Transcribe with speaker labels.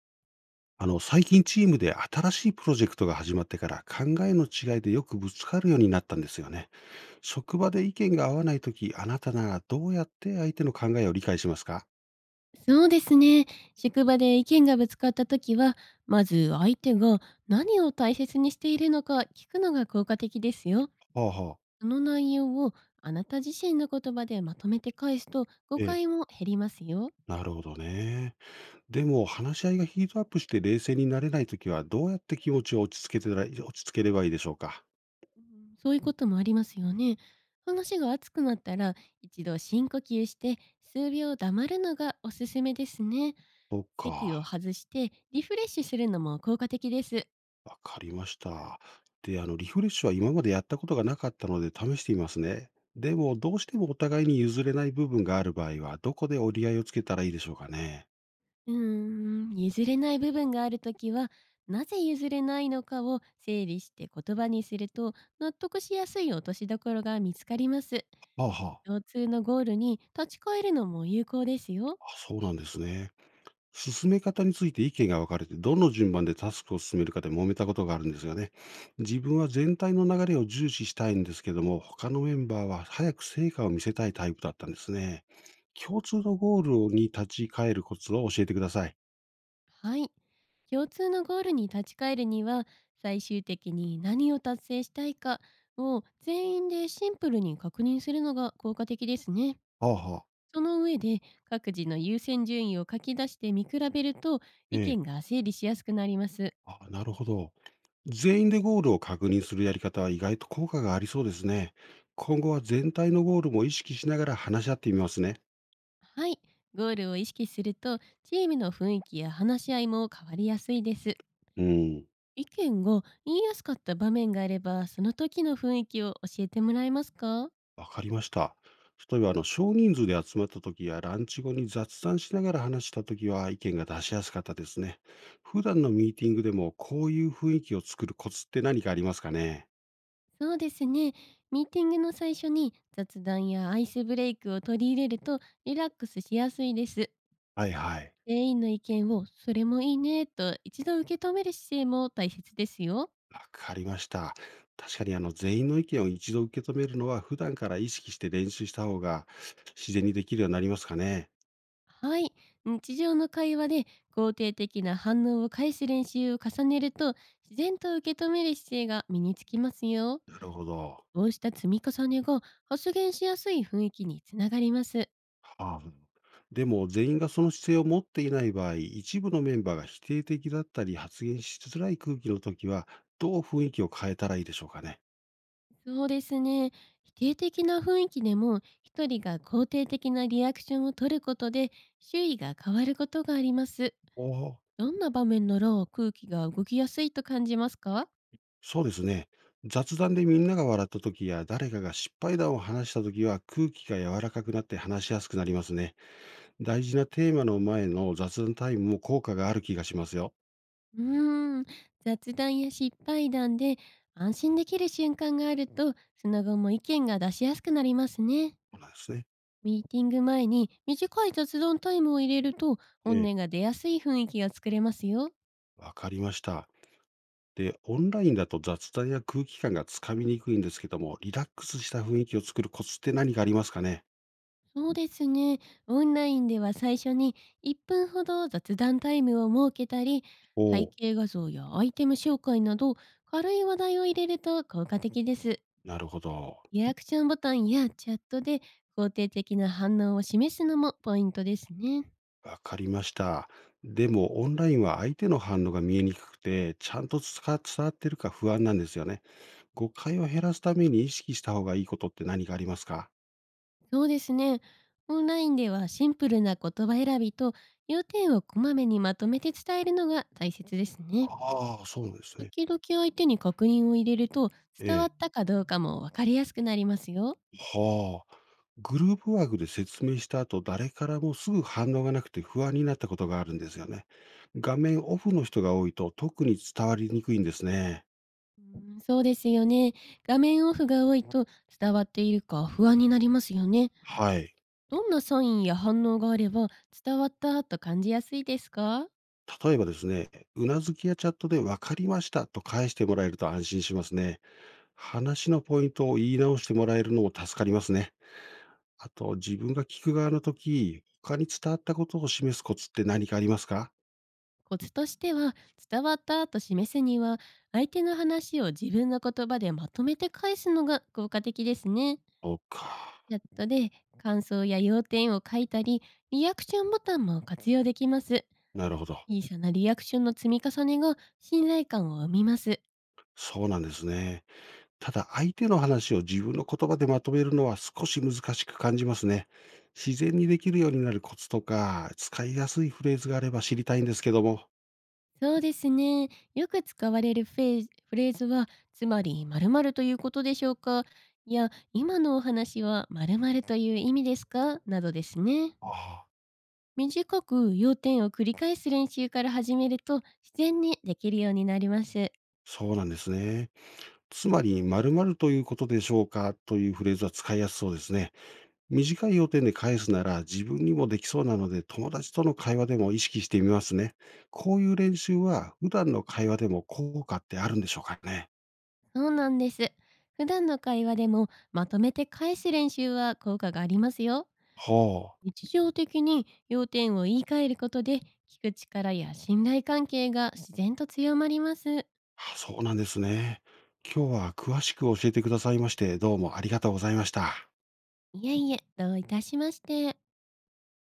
Speaker 1: 最近チームで新しいプロジェクトが始まってから考えの違いでよくぶつかるようになったんですよね。職場で意見が合わないとき、あなたならどうやって相手の考えを理解しますか？
Speaker 2: そうですね。職場で意見がぶつかった時は、まず相手が何を大切にしているのか聞くのが効果的ですよ。
Speaker 1: はあはあ。
Speaker 2: その内容をあなた自身の言葉でまとめて返すと誤
Speaker 1: ええ。
Speaker 2: 解も減りますよ。
Speaker 1: なるほどね。でも、話し合いがヒートアップして冷静になれないときは、どうやって気持ちを落ち着ければいいでしょうか？
Speaker 2: そういうこともありますよね。話が熱くなったら一度深呼吸して数秒黙るのがおすすめですね。
Speaker 1: そっ
Speaker 2: 席を
Speaker 1: か。
Speaker 2: 外してリフレッシュするのも効果的です。
Speaker 1: わかりました。で、リフレッシュは今までやったことがなかったので試していますね。でも、どうしてもお互いに譲れない部分がある場合は、どこで折り合いをつけたらいいでしょうかね。
Speaker 2: うーん、譲れない部分があるときは、なぜ譲れないのかを整理して言葉にすると、納得しやすい落としどころが見つかります。
Speaker 1: はあは
Speaker 2: 共通のゴールに立ち返るのも有効ですよ。
Speaker 1: あ。あ、そうなんですね。進め方について意見が分かれて、どの順番でタスクを進めるかで揉めたことがあるんですよね。自分は全体の流れを重視したいんですけども、他のメンバーは早く成果を見せたいタイプだったんですね。共通のゴールに立ち返るコツを教えてください。
Speaker 2: はい。共通のゴールに立ち返るには、最終的に何を達成したいかを全員でシンプルに確認するのが効果的ですね。
Speaker 1: はあはあ。
Speaker 2: その上で各自の優先順位を書き出して見比べると、意
Speaker 1: え
Speaker 2: 見
Speaker 1: え、
Speaker 2: が整理しやすくなります。
Speaker 1: あ、なるほど。全員でゴールを確認するやり方は意外と効果がありそうですね。今後は全体のゴールも意識しながら話し合ってみますね。
Speaker 2: はい、ゴールを意識するとチームの雰囲気や話し合いも変わりやすいです。
Speaker 1: うん、
Speaker 2: 意見が言いやすかった場面があれば、その時の雰囲気を教えてもらえますか？
Speaker 1: わかりました。例えば、少人数で集まった時やランチ後に雑談しながら話した時は意見が出しやすかったですね。普段のミーティングでもこういう雰囲気を作るコツって何かありますかね？
Speaker 2: そうですね。ミーティングの最初に雑談やアイスブレイクを取り入れると、リラックスしやすいです。
Speaker 1: はいはい。
Speaker 2: 全員の意見をそれもいいねと一度受け止める姿勢も大切ですよ。
Speaker 1: わかりました。確かに全員の意見を一度受け止めるのは普段から意識して練習した方が自然にできるようになりますかね。
Speaker 2: はい。日常の会話で肯定的な反応を返す練習を重ねると、自然と受け止める姿勢が身につきますよ。
Speaker 1: なるほど。
Speaker 2: こうした積み重ねが発言しやすい雰囲気につながります。
Speaker 1: はあ、でも全員がその姿勢を持っていない場合、一部のメンバーが否定的だったり発言しづらい空気の時はどう雰囲気を変えたらいいでしょうかね。
Speaker 2: そうですね。否定的な雰囲気でも一人が肯定的なリアクションを取ることで、周囲が変わることがあります。
Speaker 1: おお、
Speaker 2: どんな場面なら空気が動きやすいと感じますか？
Speaker 1: そうですね。雑談でみんなが笑った時や誰かが失敗談を話した時は空気が柔らかくなって話しやすくなりますね。大事なテーマの前の雑談タイムも効果がある気がしますよ。
Speaker 2: うーん、雑談や失敗談で安心できる瞬間があると、その後も意見が出しやすくなりますね。
Speaker 1: そうなんですね。
Speaker 2: ミーティング前に短い雑談タイムを入れると、本
Speaker 1: ええ、
Speaker 2: 音が出やすい雰囲気が作れますよ。
Speaker 1: わかりました。で、オンラインだと雑談や空気感がつかみにくいんですけども、リラックスした雰囲気を作るコツって何かありますかね？
Speaker 2: そうですね。オンラインでは最初に1分ほど雑談タイムを設けたり、
Speaker 1: お
Speaker 2: 背
Speaker 1: お、
Speaker 2: 景画像やアイテム紹介など軽い話題を入れると効果的です。
Speaker 1: なるほど。
Speaker 2: リアクションボタンやチャットで肯定的な反応を示すのもポイントですね。
Speaker 1: わかりました。でも、オンラインは相手の反応が見えにくくて、ちゃんと伝わってるか不安なんですよね。誤解を減らすために意識した方がいいことって何かありますか？
Speaker 2: そうですね。オンラインではシンプルな言葉選びと、要点をこまめにまとめて伝えるのが大切ですね。
Speaker 1: ああ、そうなんですね。
Speaker 2: 時々相手に確認を入れると、伝
Speaker 1: え
Speaker 2: わっ
Speaker 1: え。
Speaker 2: たかどうかもわかりやすくなりますよ。
Speaker 1: はあ。グループワークで説明した後、誰からもすぐ反応がなくて不安になったことがあるんですよね。画面オフの人が多いと特に伝わりにくいんですね。
Speaker 2: うーん、そうですよね。画面オフが多いと、伝わっているか不安になりますよね。
Speaker 1: はい。
Speaker 2: どんなサインや反応があれば伝わったと感じやすいですか？
Speaker 1: 例えばですね、うなずきやチャットで分かりましたと返してもらえると安心しますね。話のポイントを言い直してもらえるのも助かりますね。あと、自分が聞く側の時、他に伝わったことを示すコツって何かありますか？
Speaker 2: コツとしては、伝わったと示すには相手の話を自分の言葉でまとめて返すのが効果的ですね。
Speaker 1: そうか。
Speaker 2: チャットで感想や要点を書いたり、リアクションボタンも活用できます。
Speaker 1: なるほど。
Speaker 2: 小さなリアクションの積み重ねが信頼感を生みます。
Speaker 1: そうなんですね。ただ、相手の話を自分の言葉でまとめるのは少し難しく感じますね。自然にできるようになるコツとか、使いやすいフレーズがあれば知りたいんですけども。
Speaker 2: そうですね。よく使われるフレーズは、つまり〇〇ということでしょうか、いや今のお話は〇〇という意味ですか、などですね。
Speaker 1: ああ、
Speaker 2: 短く要点を繰り返す練習から始めると自然にできるようになります。
Speaker 1: そうなんですね。つまり、〇〇ということでしょうかというフレーズは使いやすそうですね。短い要点で返すなら自分にもできそうなので、友達との会話でも意識してみますね。こういう練習は普段の会話でも効果ってあるんでしょうかね。
Speaker 2: そうなんです。普段の会話でもまとめて返す練習は効果がありますよ。
Speaker 1: ほう。
Speaker 2: 日常的に要点を言い換えることで、聞く力や信頼関係が自然と強まります。
Speaker 1: あ、そうなんですね。今日は詳しく教えてくださいまして、どうもありがとうございました。
Speaker 2: いえいえ、どういたしまして。